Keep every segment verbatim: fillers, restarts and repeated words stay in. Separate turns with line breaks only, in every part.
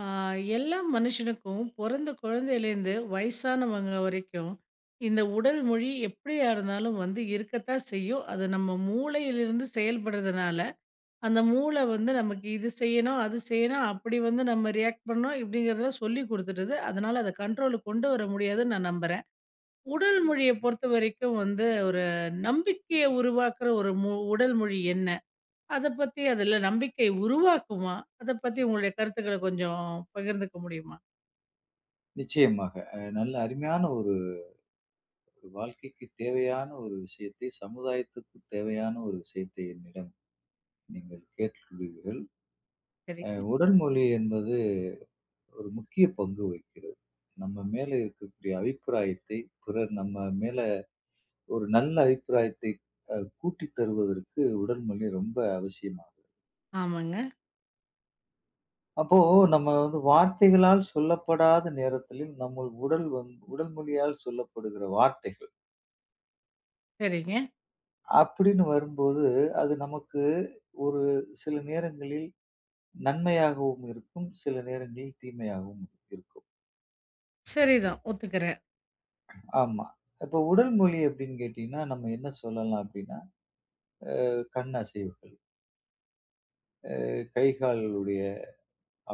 ஆ, எல்லா மனுஷனுக்கும் பிறந்த குழந்தையிலேருந்து வயசானவங்க வரைக்கும் இந்த உடல் மொழி எப்படியா இருந்தாலும் வந்து இருக்கத்தான் செய்யும். அது நம்ம மூளையிலிருந்து செயல்படுறதுனால, அந்த மூளை வந்து நமக்கு இது செய்யணும், அது செய்யணும், அப்படி வந்து நம்ம ரியாக்ட் பண்ணணும் இப்படிங்கிறதெல்லாம் சொல்லிக் குடுத்துடுது. அதனால அத கண்ட்ரோலுக்கு கொண்டு வர முடியாதுன்னு நான் நம்புறேன். உடல் மொழிய பொறுத்தவரைக்கும் வந்து ஒரு நம்பிக்கைய உருவாக்குற ஒரு மொ உடல் மொழி என்ன? அத பத்தி அதுல நம்பிக்கை உருவாக்குமா? அத பத்தி உங்களுடைய கருத்துக்கள கொஞ்சம் பகிர்ந்துக்க முடியுமா?
நிச்சயமாக. அ நல்ல அருமையான ஒரு வாழ்க்கைக்கு தேவையான ஒரு விஷயத்தை, சமுதாயத்துக்கு தேவையான ஒரு விஷயத்தை என்னிடம் நீங்கள் கேட்டுள்ளீர்கள். அ
சரிங்க.
உடல் மொழி என்பது ஒரு முக்கிய பங்கு வகிக்கிறது. நம்ம மேல இருக்கக்கூடிய அபிப்பிராயத்தை, பிறர் நம்ம மேல ஒரு நல்ல அபிப்பிராயத்தை அ கூட்டித் தருவதற்கு உடல் மொழி ரொம்ப அவசியமாகும்.
ஆமாங்க.
அப்போ நம்ம வந்து வார்த்தைகளால் சொல்லப்படாத நேரத்திலும் நம்ம உடல் வந்து உடல் மொழியால் சொல்லப்படுகிற வார்த்தைகள்
சரிங்க.
அப்படின்னு வரும்போது, அது நமக்கு ஒரு சில நேரங்களில் நன்மையாகவும் இருக்கும். சில நேரங்களில் தீமையாகவும் இருக்கும்.
சரிதான். ஒத்துக்கிறேன்.
ஆமா. இப்போ உடல் மொழி அப்படின்னு கேட்டீங்கன்னா, நம்ம என்ன சொல்லலாம் அப்படின்னா, கண் அசைவுகள், கை கால்களுடைய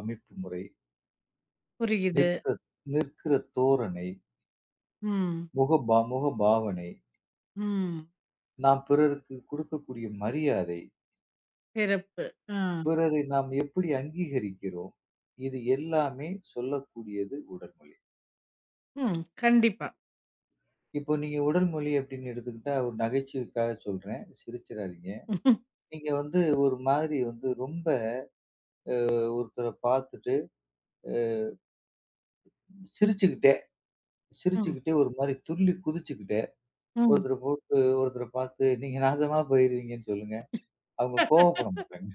அமைப்பு முறை,
புரியுது.
நிற்கிற நிற்கிற தோரணை,
ம்.
முகபா முகபாவனை,
ம்.
நாம் பிறருக்கு கொடுக்கக்கூடிய மரியாதை,
சிறப்பு. ஆ.
பிறரை நாம் எப்படி அங்கீகரிக்கிறோம், இது எல்லாமே சொல்லக்கூடியது உடல் மொழி.
ம். கண்டிப்பா.
இப்போ நீங்க உடல் மொழி அப்படின்னு எடுத்துக்கிட்டா, ஒரு நகைச்சுவைக்காக சொல்றேன். சிரிச்சிராதீங்க. நீங்க வந்து ஒரு மாதிரி வந்து ரொம்ப ஒருத்தர பார்த்துட்டு சிரிச்சுக்கிட்டே
ம்.
சிரிச்சுக்கிட்டே ஒரு மாரி துள்ளி குதிச்சுக்கிட்டே,
ம்.
ஒருத்தர போட்டு ஒருத்தர பார்த்து நீங்க நாசமா போயிருவீங்கன்னு சொல்லுங்க. அவங்க கோவப்பட மாட்டாங்க.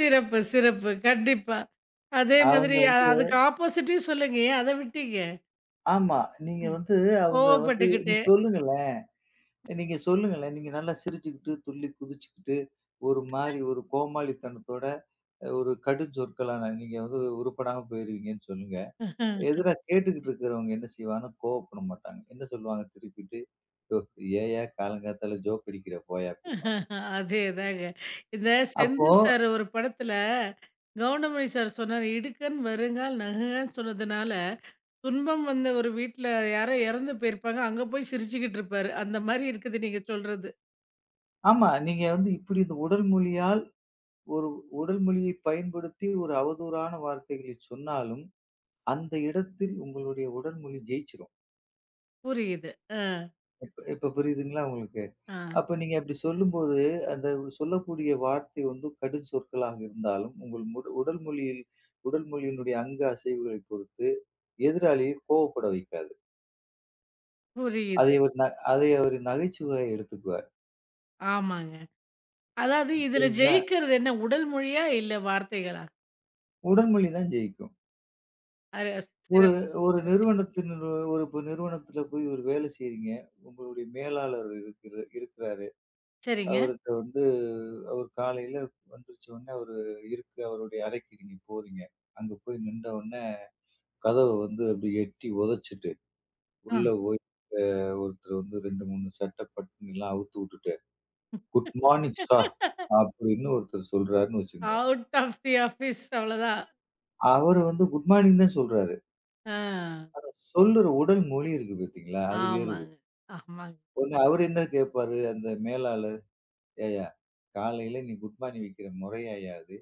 சிறப்பு, சிறப்பு. கண்டிப்பா. அதே
அவங்க
மாதிரி அ
வந்து
அதுக்கு ஆப்போசிட்டையும் சொல்லுங்க. ஏன் அத விட்டீங்க?
ஆமா. நீங்க
ம்.
வந்து அவங்க வந்து
கோவப்பட்டுக்கிட்டு.
நீங்க சொல்லுங்களேன். நீங்க சொல்லுங்களேன். நீங்க நல்லா சிரிச்சுக்கிட்டு, துள்ளி குதிச்சுக்கிட்டு, ஒரு மாரி ஒரு கோமாளித்தனத்தோட ஒரு கடுஞ்சொற்களான நீங்க வந்து உருப்படாம போயிருவீங்கன்னு சொல்லுங்க. எதிரா கேட்டுக்கிட்டு இருக்கிறவங்க என்ன செய்வாங்கன்னா, கோவப்பட மாட்டாங்க. என்ன சொல்லுவாங்க திருப்பிட்டு, "யோவ்! ஏன்யா காலங்காத்தால ஜோக் அடிக்கிற போயா" அப்படிம்பாங்க.
அதேதாங்க. இந்த
அப்போ
செந்தில் சார் ஒரு படத்துல கவுண்டமணி சார் சொன்னாரு, "இடுக்கண், வருங்கால், நகுங்கன்னு" சொன்னதுனால துன்பம் வந்த ஒரு வீட்ல யாரோ இறந்து போயிருப்பாங்க. அங்க போய் சிரிச்சுக்கிட்டு இருப்பாரு. அந்த மாரி இருக்குது நீங்க சொல்றது.
ஆமா. நீங்க வந்து இப்படி இந்த உடல் மொழியால் ஒரு உடல் மொழியை பயன்படுத்தி ஒரு அவதூறான வார்த்தைகளை சொன்னாலும், அந்த இடத்தில் உங்களுடைய உடல் மொழி ஜெயிச்சிரும்.
புரியுது. ஆ.
இப்ப இப்ப புரியுதுங்களா உங்களுக்கு?
அ
அப்ப நீங்க அப்படி சொல்லும்போது, அந்த சொல்லக்கூடிய வார்த்தை வந்து கடும் சொற்களாக இருந்தாலும், உங்கள் உட உடல் மொழியில் உடல் மொழியினுடைய அங்க அசைவுகளை பொறுத்து எதிராளியை கோவப்பட வைக்காது. அதை
புரியுது.
ஒரு ந அதை ஒரு நகைச்சுவையா எடுத்துக்குவார்.
ஆமாங்க. அதாவது இதுல
சரிங்களா?
ஜெயிக்கிறது என்ன உடல் மொழியா? இல்ல வார்த்தைகளா?
உடல் மொழி தான் ஜெயிக்கும்.
அரு
ஒரு
சிறப்பு.
ஒரு
அருமை.
நிறுவனத்தின் ஒரு இப்ப நிறுவனத்துல போய் ஒரு வேலை செய்றீங்க. உங்களுடைய மேலாளர் இருக்கிற இருக்கிறாரு.
சரிங்க.
அவர்ட்ட வந்து அவர் காலையில வந்துருச்ச உடனே அவரு இருக்கு அவருடைய அறைக்கு நீங்க போறீங்க. அங்க போய் நின்ற உடனே கதவ வந்து அப்படி எட்டி உதைச்சுட்டு,
ஆ.
உள்ள போய் ஒருத்தர் வந்து ரெண்டு, மூணு சட்டை பட்டுன்லாம் அவுத்து விட்டுட்டு, குட் மார்னிங் சார் அப்படின்னு ஒருத்தர் சொல்றாருன்னு வச்சுக்கங்க.
அவுட் ஆஃப் தி ஆஃபீஸ் அவ்வளோதான்.
அவரு வந்து குட் மார்னிங் தான் சொல்றாரு.
ஆ.
சொல்லுற உடல் மொழி இருக்கு பார்த்தீங்களா? அது வேறுபடும்.
ஆமாங்க. ஆமாங்க.
ஒண்ணு அவரு என்ன கேட்பாரு, அந்த மேலாளர், "ஏய்யா! காலையில நீ குட் மார்னிங் வைக்கிற முறையாய்யா அது?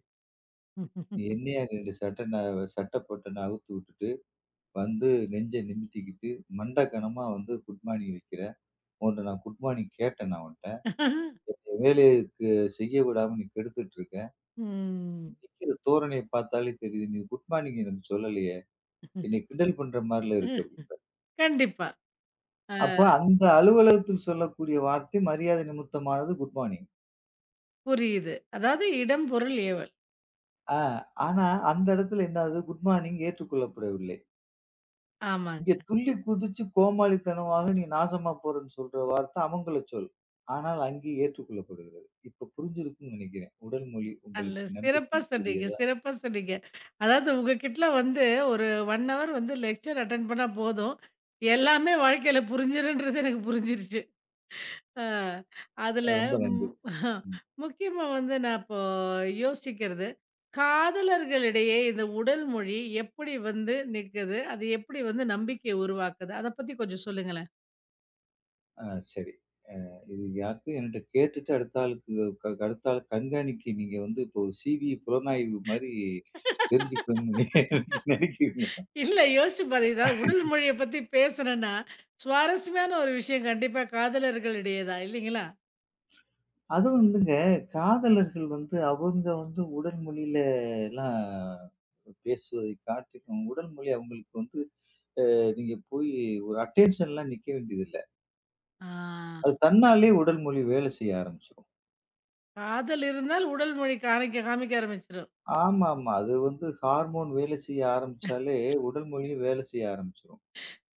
நீ என்னையா ரெண்டு சட்டை ந சட்டை பொட்டன அவுத்து விட்டுட்டு, வந்து நெஞ்ச நிமித்திக்கிட்டு, மண்டக்கனமா வந்து குட் மார்னிங் வைக்கிற? உன்ட்ட நான் குட் மார்னிங் கேட்டேனா உன்ட்ட? வேலைக்கு செய்ய விடாம நீ கெடுத்துட்டு இருக்க. நீ
ம்.
நிக்கிற தோரணைய பார்த்தாலே தெரியுது. நீ குட் மார்னிங் எனக்கு சொல்லலையே! என்னை கிண்டல் பண்ற மாரில இருக்கு" அப்படிம்பாரு.
கண்டிப்பா. அ
அப்ப அந்த அலுவலகத்தில் சொல்லக்கூடிய வார்த்தை மரியாதை நிமித்தமானது குட் மார்னிங்.
புரியுது. அதாவது இடம், பொருள், ஏவல்.
ஆ. ஆனா அந்த இடத்துல என்ன ஆகுது? குட் மார்னிங் ஏற்றுக்கொள்ளப்படவில்லை.
ஆமாங்க.
இங்கே துள்ளி குதிச்சு கோமாளித்தனமாக நீ நாசமா போறன்னு சொல்ற வார்த்தை அமங்கல சொல். ஆனால் அங்கே ஏற்றுக்கொள்ளப்படுகிறது. இப்ப புரிஞ்சிருக்கும்னு நினைக்கிறேன். உடல் மொழி
நல்ல
உங்களுக்கு
சிறப்பா சொன்னீங்க,
நம்பிக்கைக்குரியதா?
சிறப்பா சொன்னீங்க. அதாவது உங்ககிட்ட வந்து ஒரு ஒன் ஹவர் வந்து லெக்சர் அட்டெண்ட் பண்ணா போதும். எல்லாமே வாழ்க்கையில புரிஞ்சிரும்ன்றது எனக்கு புரிஞ்சிருச்சு. அ அதுல
ரொம்ப நன்றி.
ம்.
ம்.
முக்கியமா வந்து நான் இப்போ யோசிக்கிறது, காதலர்களிடையே இந்த உடல் மொழி எப்படி வந்து நிக்குது? அது எப்படி வந்து நம்பிக்கைய உருவாக்குது? அத பத்தி கொஞ்சம் சொல்லுங்களேன்.
ஆ சரி. இது யாருக்கும் என்கிட்ட கேட்டுட்டு அடுத்த ஆளுக்கு க அடுத்த ஆள் கண்காணிக்கு நீங்க வந்து இப்போ ஒரு சிவி புலனாய்வு மாரி தெரிஞ்சுக்கணும்னு நினைக்கிறீங்க.
இல்ல யோசிச்சு பாத்தீங்கன்னா, உடல் மொழிய பத்தி பேசுனேன்னா, சுவாரஸ்யமான ஒரு விஷயம் கண்டிப்பா காதலர்களிடையே தான் இல்லைங்களா?
அது வந்துங்க, காதலர்கள் வந்து அவங்க வந்து உடல் மொழியில எல்லாம் பேசுவதை காட்டிலும், உடல் மொழி அவங்களுக்கு வந்து அ நீங்க போய் ஒரு அட்டென்ஷன்லாம் நிக்க வேண்டியதில்ல. அது
ஆ.
தன்னாலயே உடல் மொழி வேலை செய்ய ஆரம்பிச்சுரும்.
காதல் இருந்தால் உடல் மொழி காமிக்க காமிக்க ஆரம்பிச்சுரும்.
ஆமாமா. அது வந்து ஹார்மோன் வேலை செய்ய ஆரம்பிச்சாலே, உடல் மொழியும் வேலை செய்ய ஆரம்பிச்சுரும்.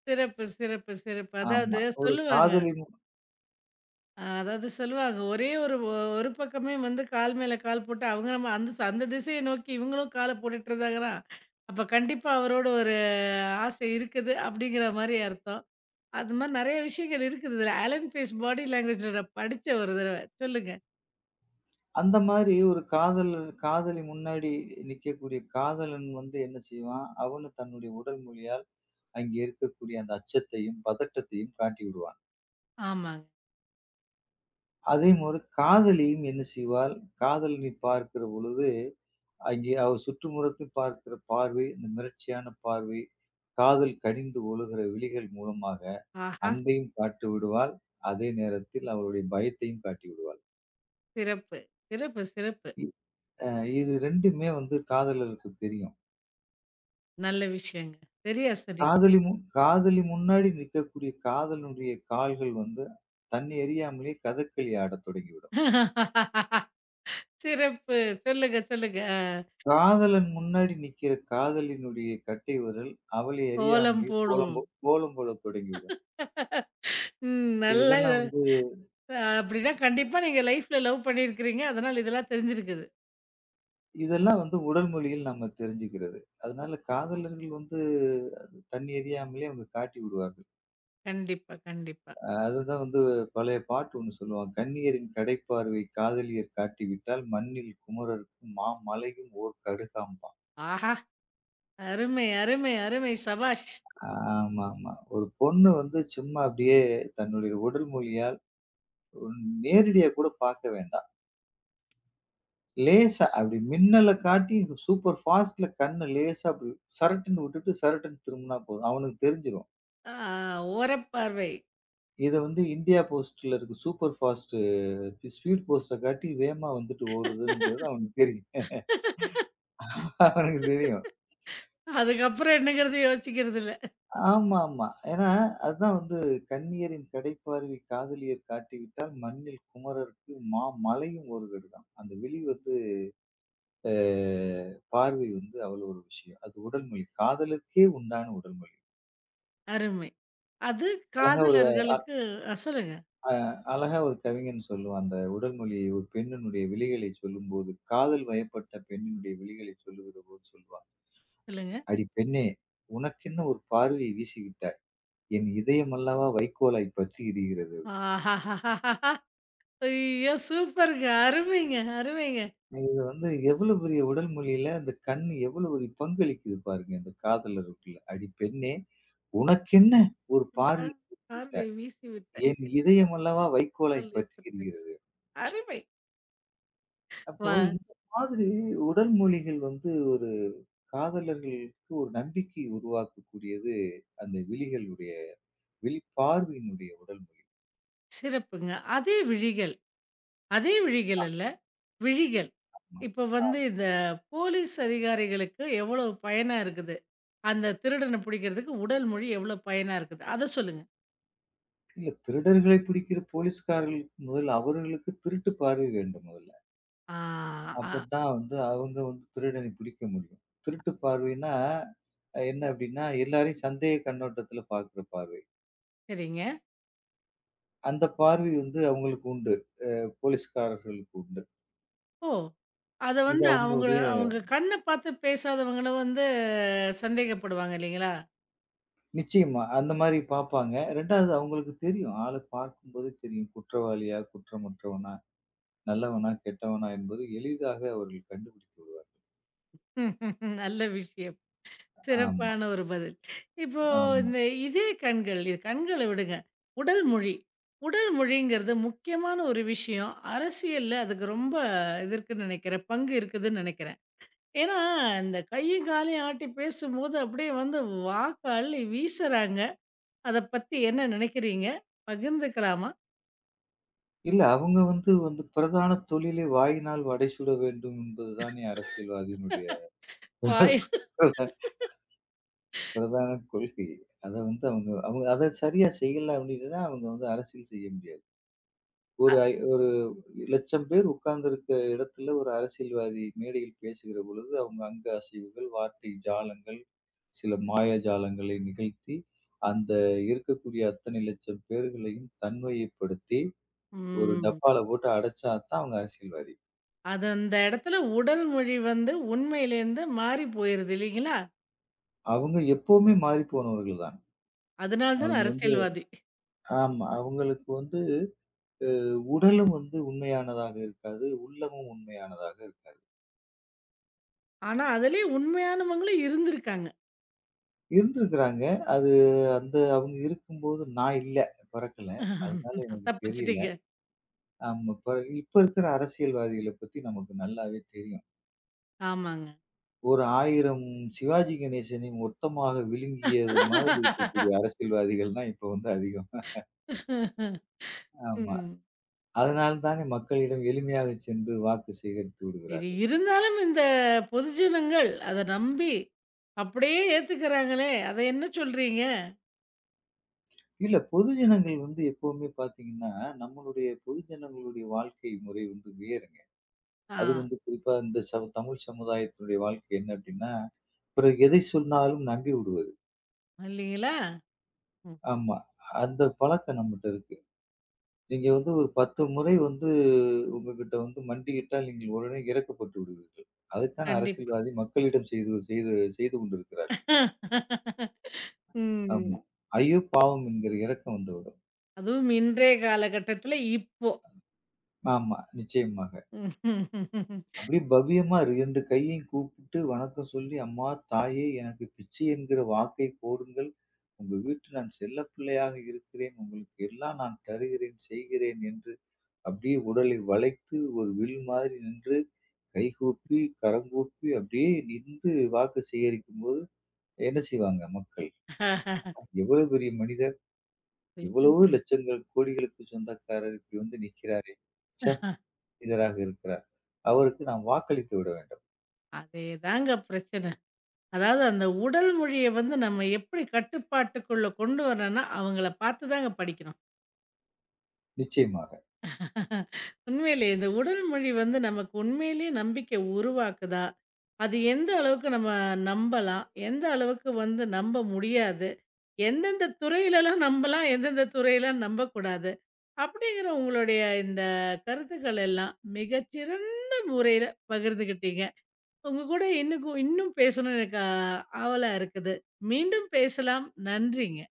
சிறப்பு, சிறப்பு, சிறப்பு.
ஆமா.
அதாவது
ஒரு
சொல்லுவாங்க.
காதலி மு
அ அதாவது சொல்லுவாங்க, ஒரே ஒரு ஒ- ஒரு பக்கமே வந்து கால் மேல கால் போட்டு அவங்க நம்ம அந்த ச- அந்த திசைய நோக்கி இவங்களும் கால போட்டுட்டு இருந்தாங்கன்னா, அப்ப கண்டிப்பா அவரோட ஒரு ஆசை இருக்குது அப்படிங்கிற மாரி அர்த்தம். அது மாரி நெறைய விஷயங்கள் இருக்குது. இதுல ஆலன் பீஸ் பாடி லாங்குவேஜ்ல நான் படிச்சேன் ஒரு தடவ. சொல்லுங்க.
அந்த மாரி ஒரு காதலர் காதலி முன்னாடி நிக்கக்கூடிய காதலன் வந்து என்ன செய்வான்? அவனும் தன்னுடைய உடல் மொழியால் அங்கே இருக்கக்கூடிய அந்த அச்சத்தையும், பதட்டத்தையும் காட்டி விடுவான்.
ஆமாங்க.
அதேமாரி காதலியும் என்ன செய்வாள், காதலனை பார்க்கிற பொழுது, அங்கே அவள் சுற்றுமுறத்தில் பார்க்கிற பார்வை, இந்த மிரட்சியான பார்வை, காதல் கனிந்து ஒழுகிற விழிகள் மூலமாக
ஆஹா!
அன்பையும் காட்டி விடுவாள். அதே நேரத்தில் அவளுடைய பயத்தையும் காட்டி விடுவாள்.
சிறப்பு, சிறப்பு, சிறப்பு.
இ அ இது ரெண்டுமே வந்து காதலருக்கு தெரியும்.
நல்ல விஷயங்க. சரியா சொன்னீங்க.
காதலி முன் காதலி முன்னாடி நிற்கக்கூடிய காதலனுடைய கால்கள் வந்து தன்னை அறியாமலே கதகளி ஆடத் தொடங்கிவிடும்.
சிறப்பு. சொல்லுங்க, சொல்லுங்க. அ
காதலன் முன்னாடி நிக்கிற காதலினுடைய கட்டை விரல் அவளை
கோலம்
அறியாமலே கோலம்
போடும்.
போ கோலம் போடத் தொடங்கிவிடும்.
ம்.
இப்ப
நல்லா இத
இதெல்லாம் வந்து
அ அப்படின்னா கண்டிப்பா நீங்க லைஃப்ல லவ் பண்ணியிருக்கிறீங்க. அதனால இதெல்லாம் தெரிஞ்சிருக்குது.
இதெல்லாம் வந்து உடல் மொழியில் நம்ம தெரிஞ்சுக்கிறது. அதனால காதலர்கள் வந்து அது தன்னை அறியாமலே அவங்க காட்டி விடுவார்கள்.
கண்டிப்பா, கண்டிப்பா.
அ அதுதான் வந்து பழைய பாட்டு ஒண்ணு சொல்லுவாங்க. "கன்னியரின் கடைப்பார்வை காதலியர் காட்டிவிட்டால் மண்ணில் குமரர்க்கும் மாமலையும் ஓர் கடுகாம்பாம்."
ஆஹா! அருமை, அருமை, அருமை. சபாஷ்!
ஆமாமா. ஒரு பொண்ணு வந்து சும்மா அப்படியே தன்னுடைய உடல் மொழியால் ஒரு நேரடியா கூட பார்க்க வேண்டாம். லேசா அப்படி மின்னல காட்டி சூப்பர் ஃபாஸ்ட்ல கண்ண லேசா அப்படி சரட்டுன்னு விட்டுட்டு சரட்டுன்னு திரும்புனா போதும். அவனுக்கு தெரிஞ்சிரும்.
ஆ, ஓரப்பார்வை.
இத வந்து இந்தியா போஸ்ட்ல இருக்க சூப்பர் ஃபாஸ்ட் ஸ்பீட் போஸ்ட்ட காட்டி வேகமா வந்துட்டு ஓடுதுங்கிறது அவனுக்கு தெரியும். அவனுக்கு தெரியும்.
அதுக்கப்புறம் என்னங்கிறது யோசிக்கிறது இல்ல.
ஆமாமா. ஏன்னா அதுதான் வந்து "கண்ணியரின் கடைப்பார்வை காதலியர் காட்டிவிட்டால் மண்ணில் குமரருக்கு மா மலையும் ஒரு கடுதான்." அந்த விழி வந்து அ பார்வை வந்து அவ்வளோ ஒரு விஷயம். அது உடல் மொழி. காதலுக்கே உண்டான உடல் மொழி.
அருமை. அது
அழகா ஒரு
காதலர்களுக்கு. அ சொல்லுங்க,
அழகா ஒரு கவிஞன் சொல்லுவான். அந்த உடல் மொழியை ஒரு பெண்ணினுடைய விழிகளை சொல்லும்போது, காதல் வயப்பட்ட பெண்ணினுடைய விழிகளை சொல்லுகிற போது சொல்லுவான்.
சொல்லுங்க.
"அடி பெண்ணே! உனக்கென்ன ஒரு பார்வையை வீசிவிட்டாய்? என் இதயம் அல்லவா வைக்கோலாய் பற்றி எரிகிறது" அப்படின்னு.
ஆஹாஹாஹாஹா! ஐயோ! சூப்பர்ங்க. அருமைங்க, அருமைங்க.
இது வந்து எவ்வளவு பெரிய உடல் மொழியில அந்த கண் எவ்வளவு ஒரு பங்களிக்குது பாருங்க. இந்த காதலருக்குள்ள. "அடி பெண்ணே! உனக்கென்ன ஒரு
கா
பார்வை
பார்வை
விட்டாய்?
வீசி விட்ட
என் இதயம் அல்லவா வைக்கோலாய்
சொல்லை
பற்றி
பற்றி.
எரிகிறது."
அருமை.
அப்போ
வ
இந்த மாதிரி உடல் மொழிகள் வந்து ஒரு காதலர்களுக்கு ஒரு நம்பிக்கை உருவாக்கக்கூடியது அந்த விழிகளுடைய வெளிப்பார்வையினுடைய உடல் மொழி.
சிறப்புங்க. அதே விழிகள், அதே விழிகள் அல்ல, விழிகள். இப்ப வந்து இந்த போலீஸ் அதிகாரிகளுக்கு எவ்வளவு பயனா இருக்குது. அந்த திருடன புடிக்கிறதுக்கு உடல் மொழி எவ்வளோ பயனா இருக்குது. அத சொல்லுங்க.
இல்ல திருடர்களை பிடிக்கிற போலீஸ்காரர்களுக்கு முதல்ல அவர்களுக்கு திருட்டு பார்வை வேண்டும் முதல்ல.
ஆ, ஆ.
அப்பதான் வந்து அவங்க வந்து திருடனை பிடிக்க முடியும். திருட்டு பார்வைன்னா அ என்ன அப்படின்னா, எல்லாரையும் சந்தேக கண்ணோட்டத்துல பார்க்கிற பார்வை.
சரிங்க.
அந்த பார்வை வந்து அவங்களுக்கு உண்டு. அ போலீஸ்காரர்களுக்கு உண்டு.
ஓ! அத
இது
வந்து அவங்க
அவங்களுடைய
அவங்க கண்ண பார்த்து பேசாதவங்கள வந்து சந்தேகப்படுவாங்க இல்லைங்களா?
நிச்சயமா. அந்த மாரி பாப்பாங்க. ரெண்டாவது அவங்களுக்கு தெரியும். ஆள பார்க்கும்போதே தெரியும். குற்றவாளியா, குற்றமற்றவனா, நல்லவனா, கெட்டவனா என்பது எளிதாக அவர்கள் கண்டுபிடித்து விடுவார்.
நல்ல விஷயம்.
ஆமா,
சிறப்பான ஒரு பதில். இப்போ
ஆமா.
இந்த இதே கண்கள், இது கண்கள விடுங்க. உடல் மொழி. உடல் மொழிங்கிறது முக்கியமான ஒரு விஷயம். அரசியல்ல அதுக்கு ரொம்ப இது இருக்குன்னு நெனைக்கிறேன். பங்கு இருக்குதுன்னு நெனைக்கிறேன். ஏன்னா, இந்த கையும் காலையும் ஆட்டி பேசும்போது அப்படியே வந்து வாக்கு அள்ளி வீசுறாங்க. அத பத்தி என்ன நெனைக்கிறீங்க? பகிர்ந்துக்கலாமா?
இல்ல அவங்க வந்து வந்து பிரதான தொழிலே வாயினால் வடை சுட வேண்டும் என்பது தானே அரசியல்வாதியினுடைய
வாய்
பிரதான பிரதான கொள்கை. அத வந்து அவங்க அவங்க அத சரியா செய்யல அப்டின்னா அவங்க வந்து அரசியல் செய்ய முடியாது. ஒரு ஐ ஒரு லட்சம் பேர் உட்கார்ந்திருக்க இடத்துல ஒரு அரசியல்வாதி மேடையில் பேசுகிற பொழுது, அவங்க அங்க அசைவுகள், வார்த்தை ஜாலங்கள், சில மாயாஜாலங்களை நிகழ்த்தி, அந்த இருக்கக்கூடிய அத்தனை லட்சம் பேர்களையும் தன்மையப்படுத்தி, ஒரு
ம்.
டப்பால போட்டு அடைச்சா தான் அவங்க அரசியல்வாதி.
அது அந்த இடத்துல உடல் மொழி வந்து உண்மையிலேருந்து மாறி போயிருது இல்லைங்களா?
அவங்க எப்பவுமே மாறிப் போனவர்கள் தான்.
அதனால தான
அவங்க வந்து
அரசியல்வாதி.
ஆமா. அவங்களுக்கு வந்து அ உடலும் வந்து உண்மையானதாக இருக்காது. உள்ளமும் உண்மையானதாக இருக்காது.
ஆனா, அதிலயே உண்மையானவங்களும் இருந்திருக்காங்க.
இருந்திருக்கிறாங்க. அது அந்த அவங்க இருக்கும்போது நான் இல்ல. பொறக்கல. அதனால எனக்கு தெரியல.
தப்பிச்சுட்டீங்க.
ஆமா. பிற இப்ப இருக்கிற அரசியல்வாதிகள பத்தி நமக்கு நல்லாவே தெரியும்.
ஆமாங்க.
ஒரு ஆயிரம் சிவாஜி கணேசனையும் மொத்தமாக விழுங்கியது மாதிரி இருக்கக்கூடிய அரசியல்வாதிகள் தான் இப்ப வந்து அதிகம். ஆமா.
ம்.
அதனால தானே மக்களிடம் எளிமையாக சென்று வாக்கு சேகரித்து
சரி,
விடுகிறார்கள்.
இருந்தாலும் இந்த பொதுஜனங்கள் அத நம்பி அப்படியே ஏத்துக்கிறாங்களே, அத என்ன சொல்றீங்க?
இல்ல பொதுஜனங்கள் வந்து எப்பவுமே பார்த்தீங்கன்னா, நம்மளுடைய பொதுஜனங்களுடைய வாழ்க்கை முறை வந்து வேறுங்க.
ஆ,
அது வந்து குறிப்பா இந்த சமு தமிழ் சமுதாயத்தினுடைய வாழ்க்கை என்ன அப்படின்னா, பிறகு எதை சொன்னாலும் நம்பி விடுவது.
இல்லீங்களா? ம்.
ஆமா. அந்த பழக்கம் நம்மட்ட இருக்கு. நீங்க வந்து ஒரு பத்து முறை வந்து உங்ககிட்ட வந்து மண்டியிட்டால் நீங்கள் உடனே இறக்கப்பட்டு விடுவீர்கள். அதைத்தான்
கண்டிப்பா.
அரசியல்வாதி மக்களிடம் செய்து செய்து செய்து கொண்டிருக்கிறார்கள். ஆமா.
ம்.
ஐயோ! பாவம் என்கிற இரக்கம் வந்துவிடும்.
அதுவும் இன்றைய காலகட்டத்தில இப்போ.
ஆமா. நிச்சயமாக. அப்படியே பவ்யமா இருக்கு. ரெண்டு கையும் கூப்பிட்டு வணக்கம் சொல்லி, "அம்மா, தாயே எனக்கு பிச்சை என்கிற வாக்கை கோருங்கள். உங்கள் வீட்டு நான் செல்லப்பிள்ளையாக இருக்கிறேன். உங்களுக்கு எல்லாம் நான் தருகிறேன், செய்கிறேன்" என்று அப்படியே உடலை வளைத்து ஒரு வில் மாதிரி நின்று கைகூப்பி, கரங்கூப்பி அப்படியே நின்று வாக்கு சேகரிக்கும்போது என்ன செய்வாங்க மக்கள்? எவ்வளவு பெரிய மனிதர், எவ்வளவோ லட்சங்கள், கோடிகளுக்கு சொந்தக்காரர் இப்படி வந்து நிற்கிறாரே, ச்சே! இதராக இருக்கிறார். அவருக்கு நாம் வாக்களித்து விட வேண்டும்.
அதேதாங்க பிரச்சனை. அதாவது அந்த உடல் மொழிய வந்து நம்ம எப்படி கட்டுப்பாட்டுக்குள்ள கொண்டு வரணும்னா, அவங்கள பார்த்து தாங்க படிக்கணும்.
நிச்சயமாக.
உண்மையிலேயே இந்த உடல் மொழி வந்து நமக்கு உண்மையிலேயே நம்பிக்கை உருவாக்குதா? அது எந்த அளவுக்கு நம்ம நம்பலாம்? எந்த அளவுக்கு வந்து நம்ப முடியாது? எந்தெந்த துறையிலலாம் நம்பலாம்? எந்தெந்த துறையிலாம் நம்பக்கூடாது? அப்படிங்கிற உங்களுடைய இந்த கருத்துக்கள் எல்லாம் மிகச்சிறந்த முறையில பகிர்ந்துகிட்டீங்க. உங்க கூட இன்னும் இன்னும் பேசணும்னு எனக்கு ஆ, ஆவலா இருக்குது. மீண்டும் பேசலாம். நன்றிங்க.